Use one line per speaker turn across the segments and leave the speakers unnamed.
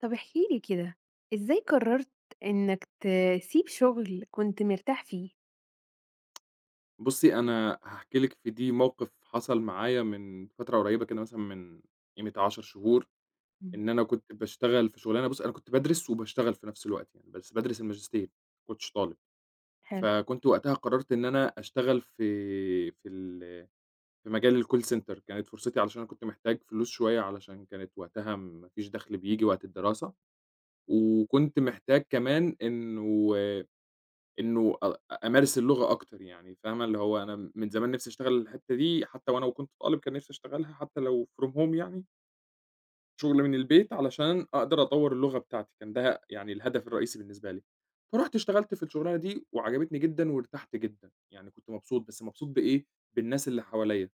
طب احكِ لي كده، إزاي قررت إنك تسيب شغل كنت مرتاح فيه؟
بُصّي، أنا هاحكي لِك في دي موقف حصل معايا من فترة قريّبة كده مثلًا من قيمة 10 شهور،
إمم.
إن أنا كنت باشتغل في شُغلانة بُصّي، أنا كنت بادرس وباشتغل في نفس الوقت يعني، بس بادرس الماجستير، ما كنتش طالب.
حلو.
فكنت وقتها قرّرت إن أنا أشتغل في في مجال الcall center كانت فرصتي علشان أنا كنت محتاج فلوس شوية علشان كانت وقتها ما فيش دَخْل بييجي وقت الدراسة، وكنت محتاج كمان إنه إنه أ أمارس اللغة أكتر يعني فاهمة، اللي هو أنا من زمان نِفْسي أشتغل الحتّة دي حتى وأنا وكنت طالب كان نِفْسي أشتغلها حتى لو from home يعني، شغل من البيت علشان أقدر أطوّر اللغة بتاعتي، كان ده يعني الهدف الرئيسي بالنسبة لي. فرُحت اشتغلت في الشغلانة دي وعجبتني جدًا وارتحت جدًا، يعني كنت مبسوط، بس مبسوط بإيه، بالناس اللي حواليّا،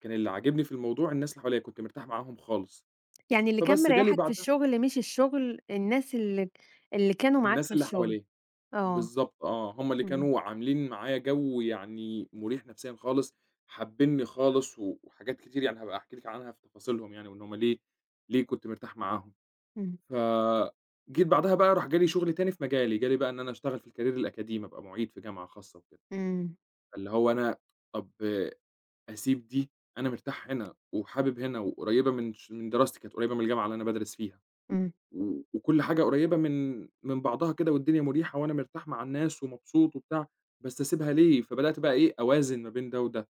كان اللي عاجبني في الموضوع الناس اللي حواليّا، كنت مرتاح معاهم خالص،
يعني اللي كان
فبس جالي
مريحك في
بعدها
الشغل مش الشغل، الناس اللي كانوا معاك
الناس
في
اللي
الشغل.
حواليّا.
آه.
بالضبط آه، هم اللي
إمم.
كانوا عاملين معايا جو يعني مُريح نفسيًا خالص، حابينّي خالص وحاجات كتير يعني هابقى أحكي لِك عنها في تفاصيلهم يعني وإن هم ليه كنت مرتاح معاهم.
إمم.
فجيت بعدها بقى جالي شغل تاني في مجالي، جالي بقى إن أنا أشتغل في الكارير الأكاديمي، أبقى مُعيد في جامعة خاصة وكده،
إمم.
فاللي هو أنا طَب أسيب دي، أنا مرتاح هنا وحابب هنا وقريّبة من دراستي، كانت قريّبة من الجامعة اللي أنا بادرس فيها.
إمم.
وكل حاجة قريّبة من بعضها كده والدنيا مُريحة وأنا مرتاح مع الناس ومبسوط وبتاع، بس أسيبها ليه؟ فبدأت بقى إيه، أوازن ما بين ده وده،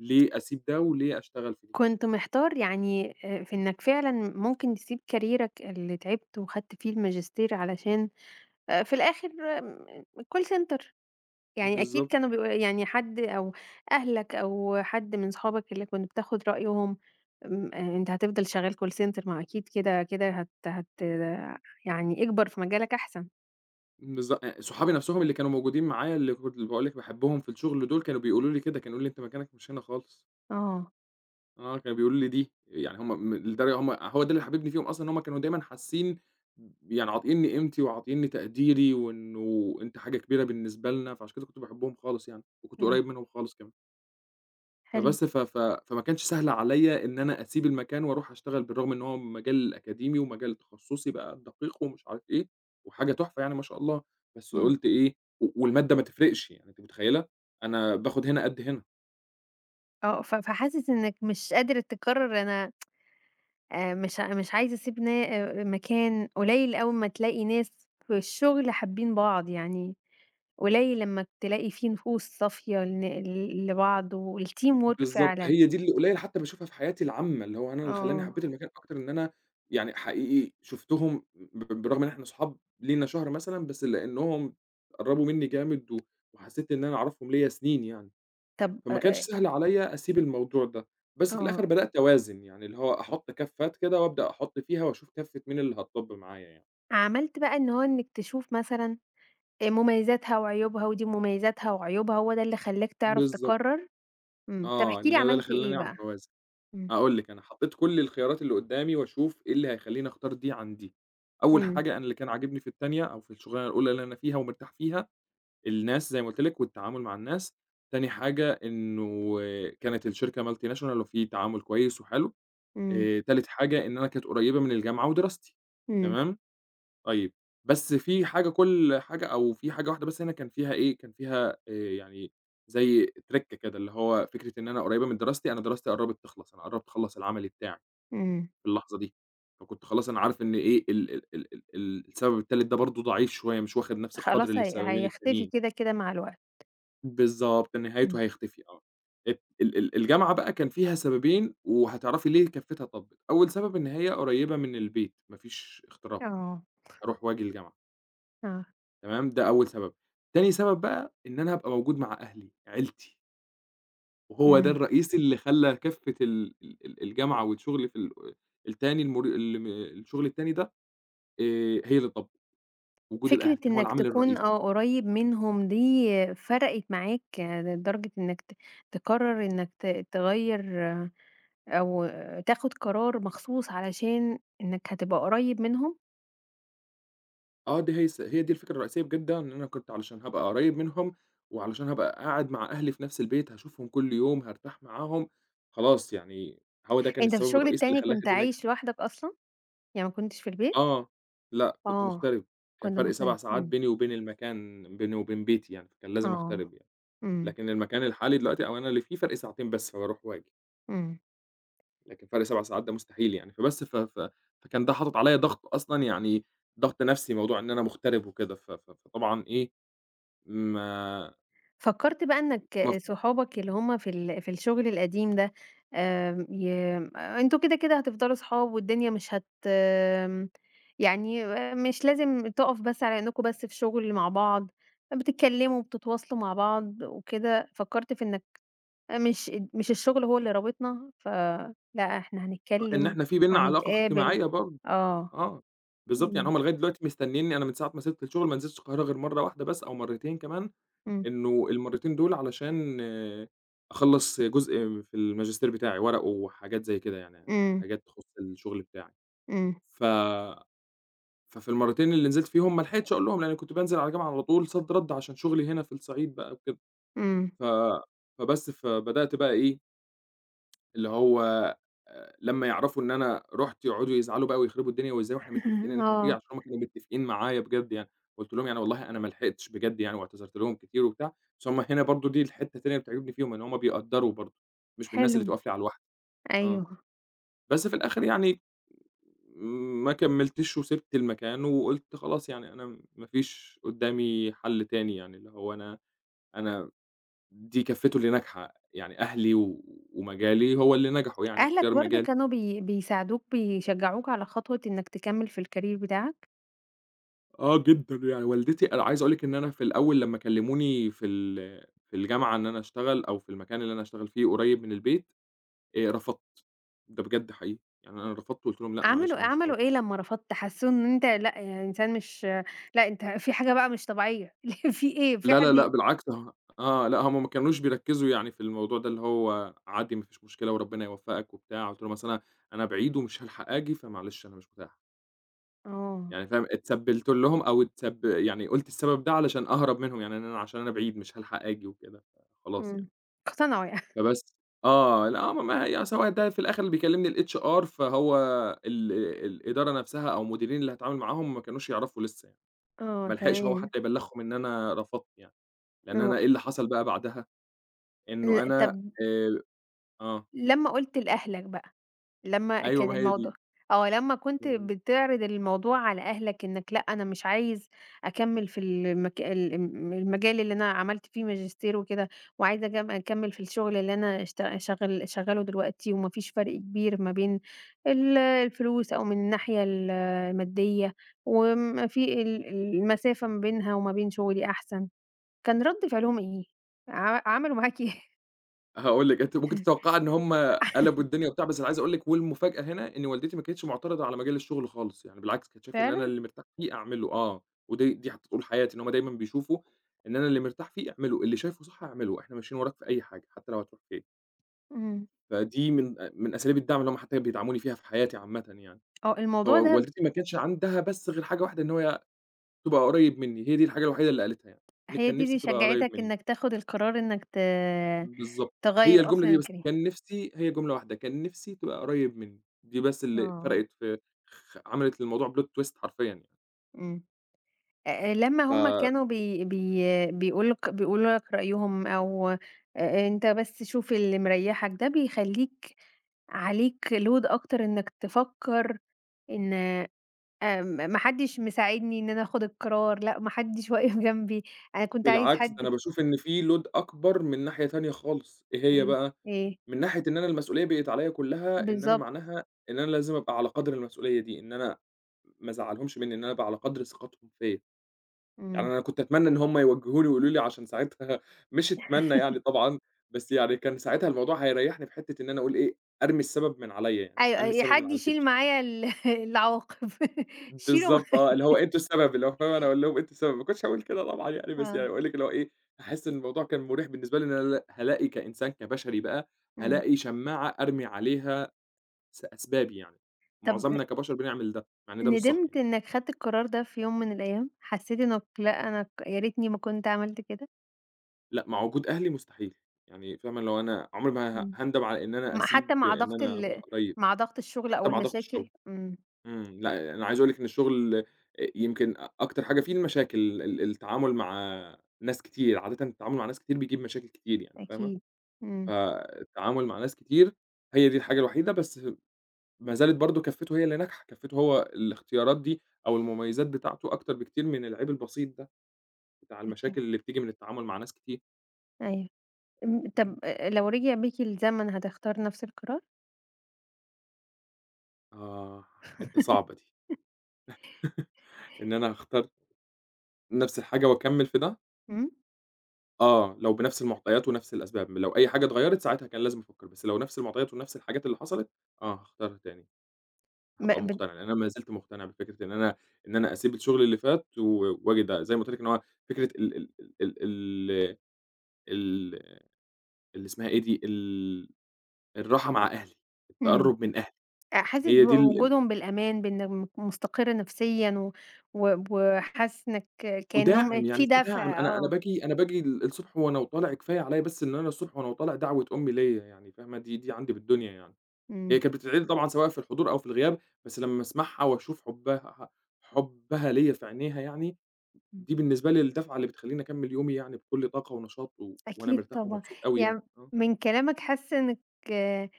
ليه أسيب ده وليه أشتغل في دي؟
كنت محتار يعني في إنك فعلًا ممكن تسيب كاريرك اللي تعبت وخدت فيه الماجستير علشان في الآخر آمم call center. يعني أكيد
بالضبط،
كانوا يعني حد أو أهلك أو حد من صحابك اللي كنت بتاخد رأيهم. أنت هتفضل شغال call center، ما هو أكيد كده، كده هت هت يعني اكبر في مجالك أحسن.
بالض أ صحابي نَفْسهم اللي كانوا موجودين معايا اللي باقول لك باحبهم في الشغل دول، كانوا بيقولوا لي كده، كانوا يقولوا لي: "أنت مكانك مش هنا خالص."
آه.
آه، كانوا بيقولوا لي دي، يعني هم م لدرجة هو ده اللي حاببني فيهم أصلًا إن هم كانوا دايمًا حاسين يعني عاطينّي قيمتي وعاطينّي تقديري، وإنه أنت حاجة كبيرة بالنسبة لنا، فعشان كده كنت باحبهم خالص يعني، وكنت
إمم.
قريّب منهم خالص كمان.
حلو.
فبس ف ف فما كانش سهل عليّا إن أنا أسيب المكان وأروح أشتغل، بالرغم إن هو مجال أكاديمي ومجال تخصصي بقى الدقيق ومش عارف إيه، وحاجة تحفة يعني ما شاء الله، بس
إمم.
قُلت إيه والمادة ما تفرقش، يعني أنتِ متخيلة؟ أنا باخد هنا قد هنا.
آه، ف فحاسس إنك مش قادر تقرر. أنا مش مش عايز أسيب نا مكان قليل أوي أمّا تلاقي ناس في الشغل حابين بعض، يعني قليل لمّا تلاقي فيه نفوس صافية لن ل لبعض والteam work
بالضبط،
فعلًا.
هي دي اللي قليل حتى باشوفها في حياتي العامة، اللي هو أنا اللي خلّاني
آه.
حبيت المكان أكتر إن أنا يعني حقيقي شُفتهم بالرغم إن إحنا صحاب لينا شهر مثلًا، بس لإنهم قرّبوا منّي جامد وحسيت إن أنا أعرفهم ليّا سنين يعني.
طب أ
فما كانش
أ
سهل عليّا أسيب الموضوع ده، بس في
آه،
الآخر بدأت أوازن، يعني اللي هو أحُط كَفّات كده وأبدأ أحُط فيها وأشوف كَفّة مين اللي هتطُب معايا يعني.
عملت بقى إن هو إنِّك تشوف مثلًا مميزاتها وعيوبها، ودي مميزاتها وعيوبها، هو ده اللي خلّاك تعرف
بالضبط،
تقرّر؟ إمم، طب
آه،
احكِ لي
اللي هو ده اللي
عملت إيه
خلّاني أعرف
بقى؟
أوازن.
إمم.
هاقول لِك أنا حطّيت كل الخيارات اللي قُدّامي وأشوف إيه اللي هيخلّيني أختار دي عن دي. أول
إمم.
حاجة أنا اللي كان عاجبني في التانية أو في الشغلانة الأولى اللي أنا فيها ومرتاح فيها، الناس زي ما قُلت لِك والتعامل مع الناس، تاني حاجة إنه كانت الشركة multinational وفي تعامل كويس وحلو،
إمم.
تالت حاجة إن أنا كانت قريّبة من الجامعة ودراستي،
إمم.
تمام؟ طيب، بس في حاجة كل حاجة أو في حاجة واحدة بس هنا كان فيها إيه، كان فيها يعني زي ترِكّة كده، اللي هو فكرة إن أنا قريبة من دراستي، أنا دراستي قرّبت تخلص، أنا قرّبت أخلّص العملي بتاعي
إمم.
في اللحظة دي، فكنت خلاص أنا عارف إن إيه ال السبب التالت ده برضه ضعيف شوية، مش واخد نفس القدر
خلاص
اللي
هي
السببين
هيختفي
التانيين.
كده، كده مع الوقت.
بالضبط،
إمم.
نهايته هيختفي آه. ات ال ال الجامعة بقى كان فيها سببين وهتعرفي ليه كفتها طبِّت، أول سبب إن هي قريبة من البيت، ما فيش اختراق،
آه.
أروح وآجي الجامعة.
آه.
تمام، ده أول سبب. تاني سبب بقى إن أنا أبقى موجود مع أهلي، عيلتي، وهو ده
إمم.
الرئيسي اللي خلّى كفّة ال ال ال الجامعة والشغل في ال التاني المر ال م الشغل التاني ده هي اللي اتضبّط، وجود
فكرة
الأهل كان هو آه.
إنك
العامل
تكون
الرئيسي.
قريب منهم دي فرقت معاك يعني لدرجة إنك تقرّر إنك تغيّر أو تاخد قرار مخصوص علشان إنك هتبقى قريب منهم؟
آه، دي هي الس هي دي الفكرة الرئيسية بجد إن أنا كنت علشان هابقى قريّب منهم، وعلشان هابقى قاعد مع أهلي في نفس البيت، هاشوفهم كل يوم، هارتاح معاهم، خلاص يعني هو ده كان
أنت في
السبب
الشغل
الرئيسي اللي
التاني
خلّاها
كنت
دي
عايش
نجحت.
لوحدك أصلًا؟ يعني ما كنتش في البيت؟
آه، لأ، كنت
آه.
مغترب، كان
كنت
فرق 7
مغترب.
ساعات
إمم.
بيني وبين المكان بيني وبين بيتي يعني، فكان لازم
آه.
أغترب يعني،
إمم.
لكن المكان الحالي دلوقتي أو أنا اللي فيه فرق ساعتين بس، فباروح وآجي،
إمم.
لكن فرق 7 ساعات ده مستحيل يعني، فبس ف ف فكان ده حاطط عليَّ ضغط أصلًا يعني ضغط نفسي، موضوع إن أنا مغترب وكده، ف ف فطبعًا إيه، ما
فكّرت بقى إنك
مف
صحابك اللي هم في الشغل القديم ده. آمم، ي أنتم كده، كده هتفضلوا صحاب والدنيا مش هت آمم، يعني مش لازم تقف بس على إنكم بس في شغل مع بعض، بتتكلموا وبتتواصلوا مع بعض وكده. فكّرت في إنك مش الشغل هو اللي رابطنا، فلأ إحنا
إن
هنتكلّم
إحنا في بيننا علاقة
وهنتقابل.
اجتماعية برضه،
آه.
آه، بالضبط، يعني
إمم.
هُم لغاية دلوقتي مستنيينّي، أنا من ساعة ما سِبت الشغل ما نزلتش القاهرة غير مرّة واحدة بس أو مرّتين كمان
إمم.
إنه المرّتين دول علشان آه، أخلّص جزء في الماجستير بتاعي، ورق وحاجات زي كده يعني،
إمم.
حاجات تخُص الشغل بتاعي.
إمم.
ف ففي المرّتين اللي نزلت فيهم ما لحقتش أقول لهم، لإن كنت بانزل على الجامعة على طول صَد رَد عشان شغلي هنا في الصعيد بقى وكده.
إمم.
ف فبس، فبدأت بقى إيه، اللي هو لمّا يعرفوا إن أنا رُحت يقعدوا يزعلوا بقى ويخربوا الدنيا، وإزاي وإحنا متفقين إن إحنا هنيجي
آه.
عشان هُم كانوا متفقين معايا بجد يعني، قُلت لهم يعني والله أنا ما لحقتش بجد يعني واعتذرت لهم كتير وبتاع، بس هُم هنا برضه دي الحتّة التانية اللي بتعجبني فيهم، إن هُم بيقدّروا برضه، مش من الناس
حلو.
اللي تُقف لي على الواحدة، آه،
أيوه.
بس في الآخر يعني ما كمّلتش وسِبت المكان وقُلت خلاص يعني أنا ما فيش قدّامي حل تاني يعني، اللي هو أنا أنا دي كفّته اللي ناجحة، يعني أهلي ومجالي هو اللي نجحوا يعني، اختيار
أهلك برضه
مجالي.
كانوا بيساعدوك، بيشجّعوك على خطوة إنّك تكمّل في الcareer بتاعك؟
آه جدًا، يعني والدتي أنا عايز أقول لِك إن أنا في الأول لمّا كلموني في الجامعة إن أنا أشتغل أو في المكان اللي أنا هاشتغل فيه قريب من البيت، رفضت، ده بجد حقيقي، يعني أنا رفضت وقُلت لهم: "لأ معلش
عملوا
أنا مش فاضي."
عملوا إيه لمّا رفضت؟ حسّوا إن أنت لأ، يعني إنسان مش لأ، أنت في حاجة بقى مش طبيعية في إيه؟ في
لا، لا،
حد
لأ بالعكس، آه، لأ هم ما كانوش بيركزوا يعني في الموضوع ده اللي هو عادي ما فيش مشكلة وربنا يوفقك وبتاع، قُلت لهم: "أصل أنا أنا بعيد ومش هالحق آجي، فمعلش أنا مش متاح."
آه.
يعني فاهم، اتسبّلت لهم أو اتسب يعني قُلت السبب ده علشان أهرب منهم، يعني إن أنا عشان أنا بعيد مش هالحق آجي وكده، فخلاص يعني.
إمم. اقتنعوا يعني؟
فبس آه، لأ هم ما هي أصل هو ده في الآخر اللي بيكلّمني الHR فهو ال الإدارة نفسها أو المديرين اللي هاتعامل معاهم ما كانوش يعرفوا لسه يعني،
آه.
ما لحقش هو
تمام.
حتى يبلّغهم إن أنا رفضت يعني، لإن أنا
آه.
إيه اللي حصل بقى بعدها، إنه أنا
طَب
آآ آه،
لمّا قُلت لأهلك بقى، لمّا
أيوه
كان
ما هي دي.
الموضوع آه، لمّا كنت بتعرض الموضوع على أهلك إنّك لأ، أنا مش عايز أكمّل في المك ال م المجال اللي أنا عملت فيه ماجستير وكده، وعايزة أكمّل في الشغل اللي أنا اشت شغال شغّاله دلوقتي، وما فيش فرق كبير ما بين الفلوس أو من الناحية المادية، وما في المسافة ما بينها وما بين شغلي أحسن. كان رَد فعلهم إيه؟ عملوا معاك إيه؟
هاقول لِك، أنتِ ممكن تتوقعي إن هُم قلبوا الدنيا وبتاع، بس أنا عايز أقول لِك والمفاجأة هنا إن والدتي ما كانتش معترضة على مجال الشغل خالص، يعني بالعكس كانت شايفة إن أنا
فعلًا؟
اللي مرتاح فيه أعمله، آه، دي حتّى طول حياتي إن هُم دايمًا بيشوفوا إن أنا اللي مرتاح فيه اعمله، اللي شايفه صح اعمله، إحنا ماشيين وراك في أي حاجة حتّى لو هتروح فين،
إمم.
فدي من أساليب الدعم اللي هُم حتّى بيدعموني فيها في حياتي عامةً يعني،
آه، الموضوع ده
فوالدتي ما كانش عندها بس غير حاجة واحدة إن هو تبقى قريب منّي، هي دي الحاجة الوحيدة اللي قالتها يعني، إن
هي
كان
دي اللي
نفسي تبقى قريب
شجّعتك
منّي.
إنّك تاخُد القرار إنّك
بالضبط، هي
تغيّر
الجملة
أصلًا
دي بس،
الكريمة.
كان نِفْسي هي جملة واحدة، كان نِفْسي تبقى قريّب منّي، دي بس اللي
آه.
فرقِت في عملِت للموضوع plot twist حرفيًا يعني،
إمم. لمّا هم كانوا بي بي بيقولوا لك رأيهم أو أنت بس شوف اللي مريّحك، ده بيخلّيك عليك load أكتر إنّك تفكّر إن م ما حدّش مساعدني إن أنا آخُد القرار، لأ ما حدّش واقف جنبي، أنا كنت عايز
فبالعكس ده
حد
أنا باشوف إن في load أكبر من ناحية تانية خالص، إيه هي
ال
بقى،
إيه،
من ناحية إن أنا المسؤولية بقِت عليّا كُلّها، إن أنا
بالضبط.
معناها إن أنا لازم أبقى على قدْر المسؤولية دي، إن أنا ما ازعّلهمش منّي، إن أنا أبقى على قدْر ثقتهم فيّا. يعني
إمم.
أنا كنت أتمنى إن هم يوجّهوني ويقولوا لي عشان ساعتها مش أتمنى يعني طبعًا، بس يعني كان ساعتها الموضوع هيريّحني في حتّة إن أنا أقول إيه، أرمي السبب من عليّا يعني،
أيوه،
أرمي
أي
السبب من
حد
على
يشيل
كتفي.
معايا ال العواقب شيله مع.
بالضبط آه، اللي هو أنتم السبب، اللي هو فاهم أنا أقول لهم أنتم السبب، ما كنتش هاقول كده طبعًا يعني، بس يعني
آه.
باقول لِك اللي هو إيه، هاحس إن الموضوع كان مُريح بالنسبة لي إن أنا هالاقي كإنسان كبشري بقى،
إمم.
هالاقي شماعة أرمي عليها أسبابي يعني،
طب
معظمنا كبشر بنعمل ده، مع إن ده مش صح
ندمت
يعني.
إنك خدت القرار ده في يوم من الأيام؟ حسيت إنك لأ، أنا يا ريتني ما كنت عملت كده؟
لأ، مع وجود أهلي مستحيل، يعني فاهمة اللي هو أنا عمري ما
إمم.
هاندم على إن أنا أسيب
حتى
إن أنا أبقى قريب،
مع ضغط الشغل
حتى
أو
مع ضغط الشغل،
المشاكل؟ إمم.
إمم، لأ، أنا عايز أقول لِك إن الشغل أ يمكن أكتر حاجة فيه المشاكل، التعامل مع ناس كتير، عادةً التعامل مع ناس كتير بيجيب مشاكل كتير يعني فاهمة،
أكيد. إمم.
فالتعامل مع ناس كتير هي دي الحاجة الوحيدة، بس ما زالت برضه كفّته هي اللي ناجحة، كفّته هو الاختيارات دي أو المميزات بتاعته أكتر بكتير من العيب البسيط ده، بتاع
أكيد.
المشاكل اللي بتيجي من التعامل مع ناس كتير،
أيوه. إمم، طب
إمم،
لو رجع بيك الزمن هتختار نفس القرار؟
آه، حتّة صعبة دي. إن أنا هاختار نفس الحاجة وأكمّل في ده؟
إمم.
آه، لو بنفس المعطيات ونفس الأسباب، لو أي حاجة اتغيّرت ساعتها كان لازم أفكّر، بس لو نفس المعطيات ونفس الحاجات اللي حصلت، آه هاختارها تاني،
ب
هابقى
بت
مقتنع، لإن أنا ما زلت مقتنع بفكرة إن أنا إن أنا أسيب الشغل اللي فات وآجي ده، زي ما قُلت لِك إن هو فكرة ال ال ال ال ال اللي اسمها إيه دي، الراحة مع أهلي،
إمم.
التقرُّب من أهلي،
حاسس
هي دي ال
بوجودهم بالأمان، بإنك مستقر نفسيًا و و وحاسس إنك كإنهم إيه،
وداعم، يعني
في
في داعم،
دفع
أنا أنا
آه.
باجي أنا باجي ال الصبح وأنا وطالع كفاية عليّا بس إن أنا الصبح وأنا وطالع دعوة أمي ليّا يعني فاهمة، دي عندي بالدنيا يعني، هي
إمم.
كانت بتدعي لي طبعًا سواء في الحضور أو في الغياب، بس لمّا أسمعها وأشوف حُبها ليّا في عينيها يعني،
إمم.
دي بالنسبة لي الدفعة اللي بتخلّيني أكمّل يومي يعني بكل طاقة ونشاط وأنا
أكيد
مرتاح
طبعًا.
ومبسوط أوي يعني،
يعني
آه،
من كلامك حاسة إنك آه،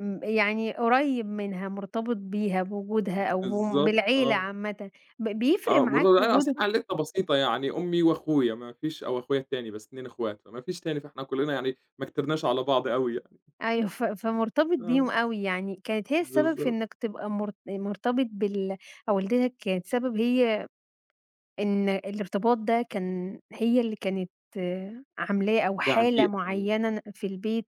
م يعني قريب منها، مرتبط بيها، بوجودها أو
بالضبط
بالعيلة
آه،
عامةً. بيفرق
آه
معاك
أصل
وجوده.
إحنا عيلتنا بسيطة يعني أمي وأخويا ما فيش أو أخويا التاني بس 2 أخوات، فما فيش تاني فإحنا كلّنا يعني ما كترناش على بعض أوي يعني،
أيوه، فمرتبط
آه.
بيهم أوي يعني. كانت هي السبب في
بالضبط،
إنك تبقى مرتبط بال. أو والدتك كانت سبب، هي إن الارتباط ده كان هي اللي كانت عاملاه أو
دعم
حالة
فيه أو
معيّنة في البيت،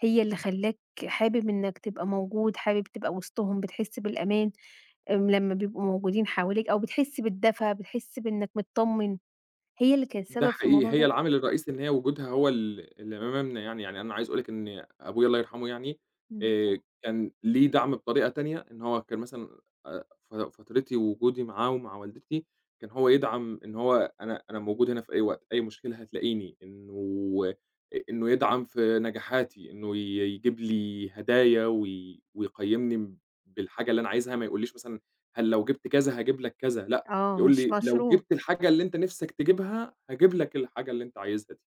هي اللي خلّاك حابب إنّك تبقى موجود، حابب تبقى وسطهم، بتحس بالأمان. لمّا بيبقوا موجودين حواليك أو بتحس بالدفى، بتحس بإنّك متطمّن، هي اللي كانت
ده
سبب في
حقيقي،
الموضوع
هي
ده؟
العامل الرئيسي إن هي وجودها هو اللي مممنا يعني، يعني أنا عايز أقول لِك إن أبويا الله يرحمه يعني،
إمم. صح.
كان ليه دعم بطريقة تانية، إن هو كان مثلًا، فترتي ووجودي معاه ومع والدتي كان هو يدعم إن هو أنا موجود هنا في أي وقت، أي مشكلة هتلاقيني، إنه إنه يدعم في نجاحاتي، إنه ي يجيب لي هدايا ويقيّمني بالحاجة اللي أنا عايزها، ما يقوليش مثلًا هل لو جبت كذا هاجيب لك كذا، لأ
آه،
يقول
مش
لي: "لو
مشروط.
جِبت الحاجة اللي أنت نِفْسك تجيبها، هاجيب لك الحاجة اللي أنت عايزها دي."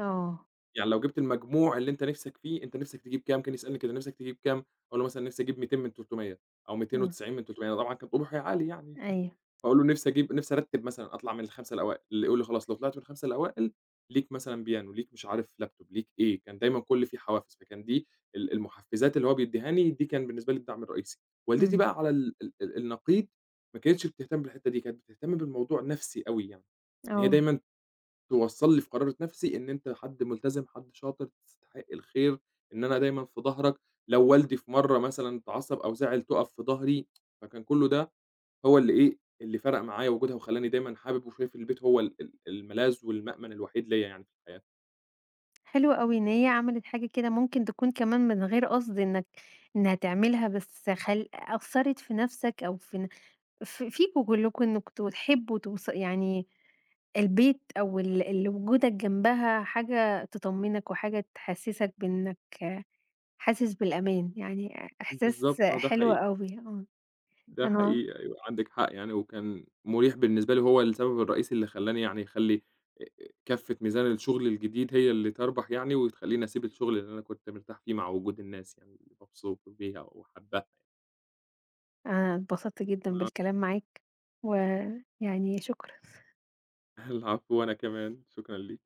آه.
يعني لو جِبت المجموع اللي أنت نِفْسك فيه، أنت نِفْسك تجيب كام؟ كان يسألني كده نِفْسك تجيب كام؟ أقول له مثلًا نِفْسي أجيب 200 من 300 أو
إمم.
290 من 300 طبعًا كان طموحي عالي يعني،
أيوه.
فأقول له نِفْسي أجيب نِفْسي أرتّب مثلًا أطلع من ال5 الأوائل، اللي يقول لي خلاص لو طلعت من ال5 الأوائل ليك مثلًا بيانو، ليك مش عارف لابتوب، ليك إيه، كان دايمًا كل فيه حوافز، فكان دي المحفّزات اللي هو بيدّيها لي دي كان بالنسبة لي الدعم الرئيسي. والدتي
إمم.
بقى على النقيض ما كانتش بتهتم بالحتّة دي، كانت بتهتم بالموضوع نَفْسي أوي يعني، إن هي
آه.
دايمًا توصّل لي في قرار نَفْسي إن أنت حد ملتزم، حد شاطر، تستحق الخير، إن أنا دايمًا في ضهرك، لو والدي في مرّة مثلًا اتعصّب أو زعل تُقف في ضهري، فكان كلّه ده هو اللي إيه، اللي فرَق معايا وجودها وخلّاني دايمًا حابب وشايف البيت هو ال ال الملاذ والمأمَن الوحيد ليّا يعني في الحياة.
حلو أوي إن هي عملت حاجة كده ممكن تكون كمان من غير قصد إنك إنها تعملها، بس أثّرت في نَفْسك أو في ن ف فيكم كلّكم إنكم تحبّوا يعني البيت أو ال ال وجودك جنبها حاجة تطمّنك وحاجة تحسّسك بإنك حاسس بالأمان، يعني إحساس
بالضبط، آه، ده
حلو
حقيقي.
أوي. آه.
ده
أنا
حقيقي أيوه، عندِك حق يعني، وكان مُريح بالنسبة لي وهو السبب الرئيسي اللي خلّاني يعني أخلّي آآ كَفّة ميزان الشغل الجديد هي اللي تربح يعني، وتخلّيني أسيب الشغل اللي أنا كنت مرتاح فيه مع وجود الناس يعني اللي مبسوط بيها وحاباها.
أنا اتبسطت جدًا
آه،
بالكلام معاك، ويعني شكرًا.
العفو وأنا كمان، شكرًا ليكِ.